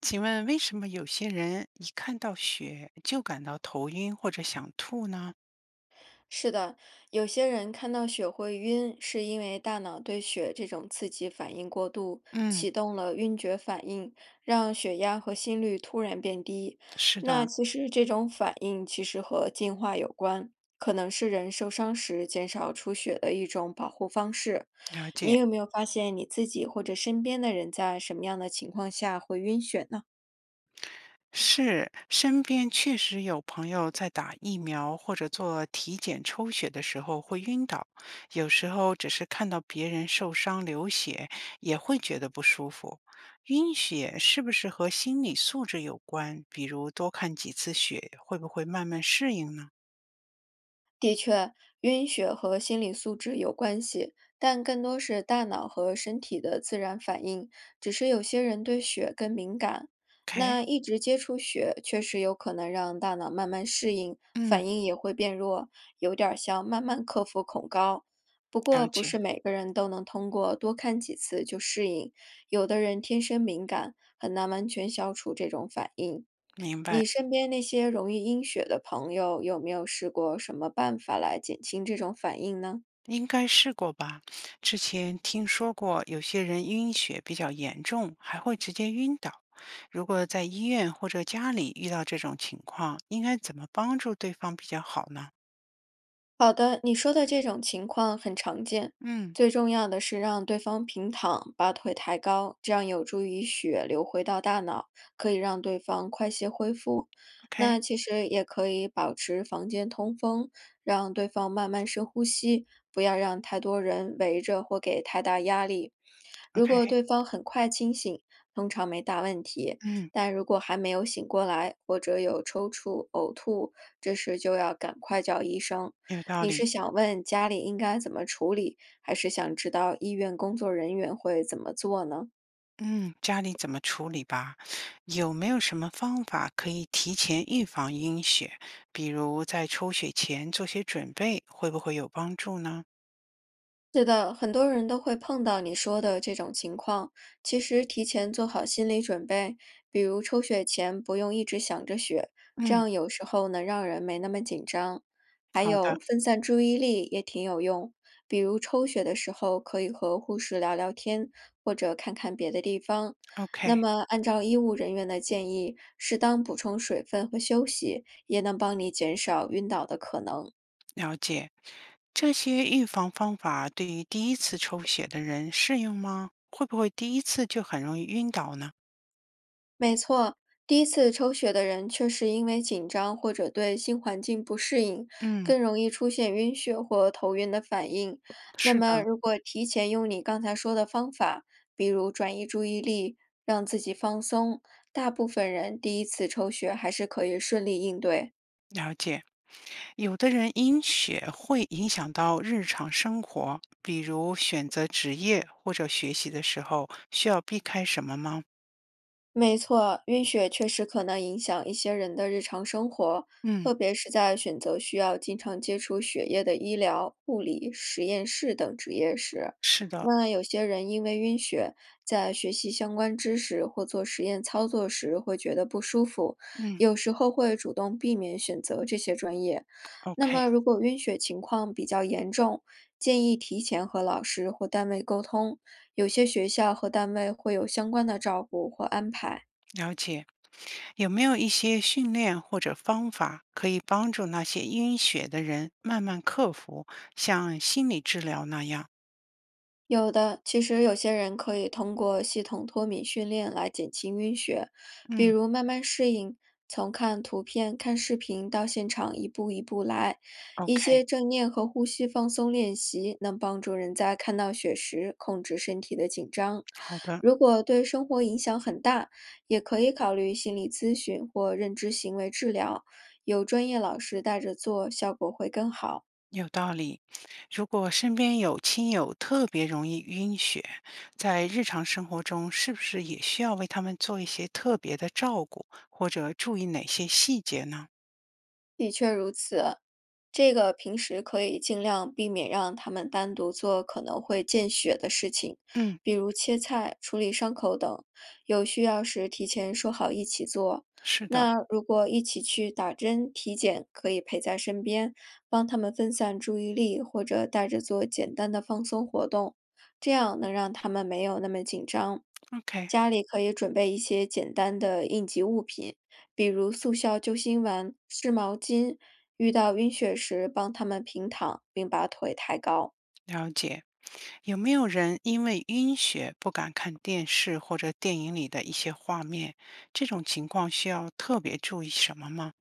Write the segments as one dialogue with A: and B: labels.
A: 请问为什么有些人一看到血就感到头晕或者想吐呢？
B: 是的，有些人看到血会晕，是因为大脑对血这种刺激反应过度，
A: 嗯，
B: 启动了晕厥反应，让血压和心率突然变低。
A: 是
B: 那
A: 的，
B: 其实这种反应和进化有关，可能是人受伤时减少出血的一种保护方式。
A: 了
B: 你
A: 解。
B: 有没有发现你自己或者身边的人在什么样的情况下会晕血呢？
A: 是，身边确实有朋友在打疫苗或者做体检抽血的时候会晕倒，有时候只是看到别人受伤流血也会觉得不舒服。晕血是不是和心理素质有关？比如多看几次血会不会慢慢适应呢
B: 的确，晕血和心理素质有关系，但更多是大脑和身体的自然反应。只是有些人对血更敏感，
A: ？OK，
B: 那一直接触血，确实有可能让大脑慢慢适应，
A: 嗯，
B: 反应也会变弱，有点儿像慢慢克服恐高。不
A: 了
B: 过，不是
A: 解，
B: 每个人都能通过多看几次就适应，有的人天生敏感，很难完全消除这种反应。
A: 明白。
B: 你身边那些容易阴血的朋友，有没有试过什么办法来减轻这种反应呢？
A: 应该试过吧？之前听说过有些人晕血比较严重，还会直接晕倒。如果在医院或者家里遇到这种情况，应该怎么帮助对方比较好呢？
B: 好的，你说的这种情况很常见。
A: 嗯
B: 最重要的是让对方平躺，把腿抬高，这样有助于血流回到大脑，可以让对方快些恢复。那
A: ，OK，OK，
B: 其实也可以保持房间通风，让对方慢慢深呼吸，不要让太多人围着或给太大压力。如果对方很快清醒，通常没大问题，
A: 嗯，
B: 但如果还没有醒过来，或者有抽搐、呕吐，这时就要赶快叫医生。
A: 有道
B: 你是
A: 理。
B: 想问家里应该怎么处理，还是想知道医院工作人员会怎么做呢？
A: 嗯，家里怎么处理吧？有没有什么方法可以提前预防晕血？比如在抽血前做些准备，会不会有帮助呢？
B: 是的，很多人都会碰到你说的这种情况。其实提前做好心理准备，比如抽血前不用一直想着血，这
A: 嗯，
B: 样有时候能让人没那么紧张。还
A: 好的
B: 有分散注意力也挺有用，比如抽血的时候可以和护士聊聊天，或者看看别的地方。那
A: ，OK，
B: 么，按照医务人员的建议，适当补充水分和休息，也能帮你减少晕倒的可能。
A: 了解。这些预防方法对于第一次抽血的人适用吗？会不会第一次就很容易晕倒呢？
B: 没错，第一次抽血的人确实因为紧张或者对新环境不适应，
A: 嗯，
B: 更容易出现晕血或头晕的反应。那
A: 是的，
B: 么，如果提前用你刚才说的方法，比如转移注意力，让自己放松，大部分人第一次抽血还是可以顺利应对。
A: 了解。有的人晕血会影响到日常生活，比如选择职业或者学习的时候，需要避开什么吗？
B: 没错，晕血确实可能影响一些人的日常生活，
A: 嗯，
B: 特别是在选择需要经常接触血液的医疗、护理、实验室等职业时。
A: 是的，
B: 那有些人因为晕血，在学习相关知识或做实验操作时会觉得不舒服，
A: 嗯
B: 有时候会主动避免选择这些专业。那
A: ，OK，
B: 么，如果晕血情况比较严重，建议提前和老师或单位沟通，有些学校和单位会有相关的照顾或安排。
A: 了解。有没有一些训练或者方法可以帮助那些晕血的人慢慢克服，像心理治疗那样？
B: 有的，其实有些人可以通过系统脱敏训练来减轻晕血，比
A: 嗯。
B: 如慢慢适应，从看图片、看视频到现场一步一步来。一
A: OK，
B: 些正念和呼吸放松练习能帮助人在看到血时控制身体的紧张。
A: 好的，
B: 如果对生活影响很大，也可以考虑心理咨询或认知行为治疗，有专业老师带着做，效果会更好。
A: 有道理。如果身边有亲友特别容易晕血，在日常生活中是不是也需要为他们做一些特别的照顾，或者注意哪些细节呢？
B: 的确如此，这个平时可以尽量避免让他们单独做可能会见血的事情，
A: 嗯，
B: 比如切菜、处理伤口等。有需要时提前说好一起做。
A: 是的
B: 那如果一起去打针、体检，可以陪在身边，帮他们分散注意力，或者带着做简单的放松活动，这样能让他们没有那么紧张。
A: ，OK，
B: 家里可以准备一些简单的应急物品，比如速效救心丸、湿毛巾，遇到晕血时帮他们平躺，并把腿抬高。
A: 了解。有没有人因为晕血不敢看电视或者电影里的一些画面？这种情况需要特别注意什么吗？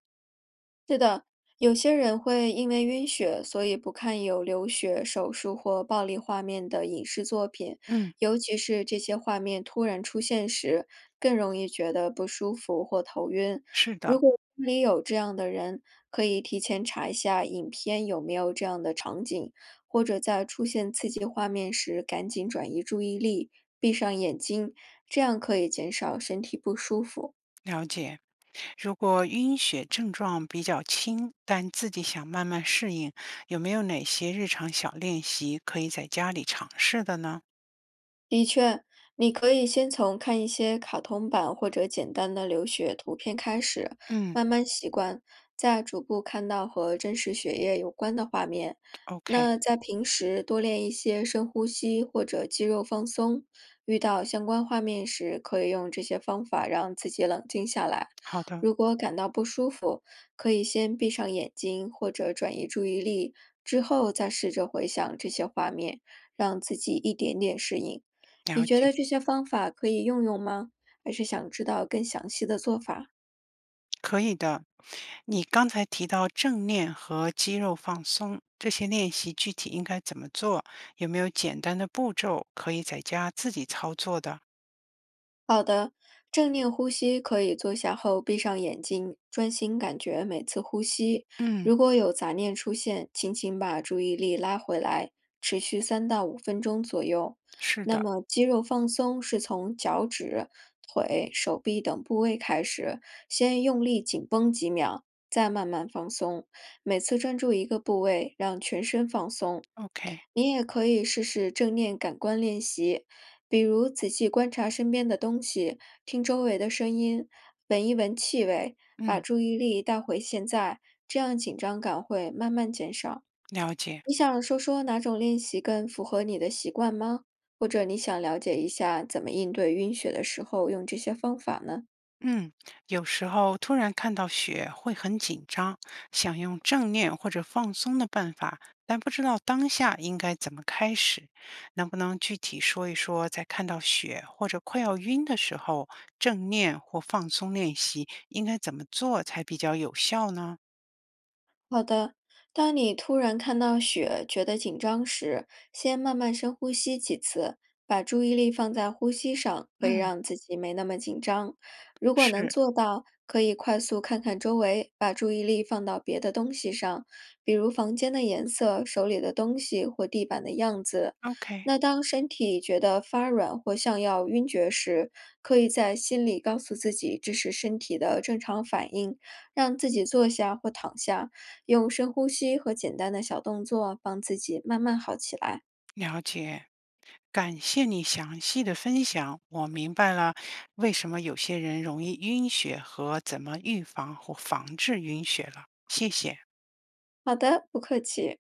B: 是的，有些人会因为晕血，所以不看有流血、手术或暴力画面的影视作品，
A: 嗯，
B: 尤其是这些画面突然出现时，更容易觉得不舒服或头晕。
A: 是
B: 如
A: 的，
B: 果家里有这样的人，可以提前查一下影片有没有这样的场景，或者在出现刺激画面时赶紧转移注意力，闭上眼睛，这样可以减少身体不舒服。
A: 了解。如果晕血症状比较轻，但自己想慢慢适应，有没有哪些日常小练习可以在家里尝试的呢？
B: 的确，你可以先从看一些卡通版或者简单的流血图片开始，
A: 嗯
B: 慢慢习惯，再逐步看到和真实血液有关的画面。
A: ，OK，
B: 那在平时多练一些深呼吸或者肌肉放松，遇到相关画面时，可以用这些方法让自己冷静下来。
A: 好的，
B: 如果感到不舒服，可以先闭上眼睛或者转移注意力，之后再试着回想这些画面，让自己一点点适应。你
A: 了
B: 觉
A: 解，
B: 得这些方法可以用用吗？还是想知道更详细的做法？
A: 可以的。你刚才提到正念和肌肉放松，这些练习具体应该怎么做？有没有简单的步骤可以在家自己操作的？
B: 好的，正念呼吸可以坐下后闭上眼睛，专心感觉每次呼吸。
A: 嗯，
B: 如果有杂念出现，轻轻把注意力拉回来，持续3到5分钟左右。
A: 是
B: 那
A: 的
B: 么肌肉放松是从脚趾、腿、手臂等部位开始，先用力紧绷几秒，再慢慢放松。每次专注一个部位，让全身放松。
A: ，OK，
B: 你也可以试试正念感官练习，比如仔细观察身边的东西，听周围的声音，闻一闻气味，把
A: 嗯，
B: 注意力带回现在，这样紧张感会慢慢减少。
A: 了解。
B: 你想说说哪种练习更符合你的习惯吗？或者你想了解一下怎么应对晕血的时候用这些方法呢？
A: 嗯，有时候突然看到雪会很紧张，想用正念或者放松的办法，但不知道当下应该怎么开始。能不能具体说一说，在看到雪或者快要晕的时候，正念或放松练习应该怎么做才比较有效呢？
B: 好的，当你突然看到雪，觉得紧张时，先慢慢深呼吸几次，把注意力放在呼吸上，可以
A: 嗯，
B: 让自己没那么紧张。如果能
A: 是
B: 做到，可以快速看看周围，把注意力放到别的东西上，比如房间的颜色、手里的东西或地板的样子。
A: ，OK。
B: 那当身体觉得发软或像要晕厥时，可以在心里告诉自己这是身体的正常反应，让自己坐下或躺下。用深呼吸和简单的小动作帮自己慢慢好起来。
A: 了解，感谢你详细的分享，我明白了为什么有些人容易晕血和怎么预防或防治晕血了，谢谢。
B: 好的，不客气。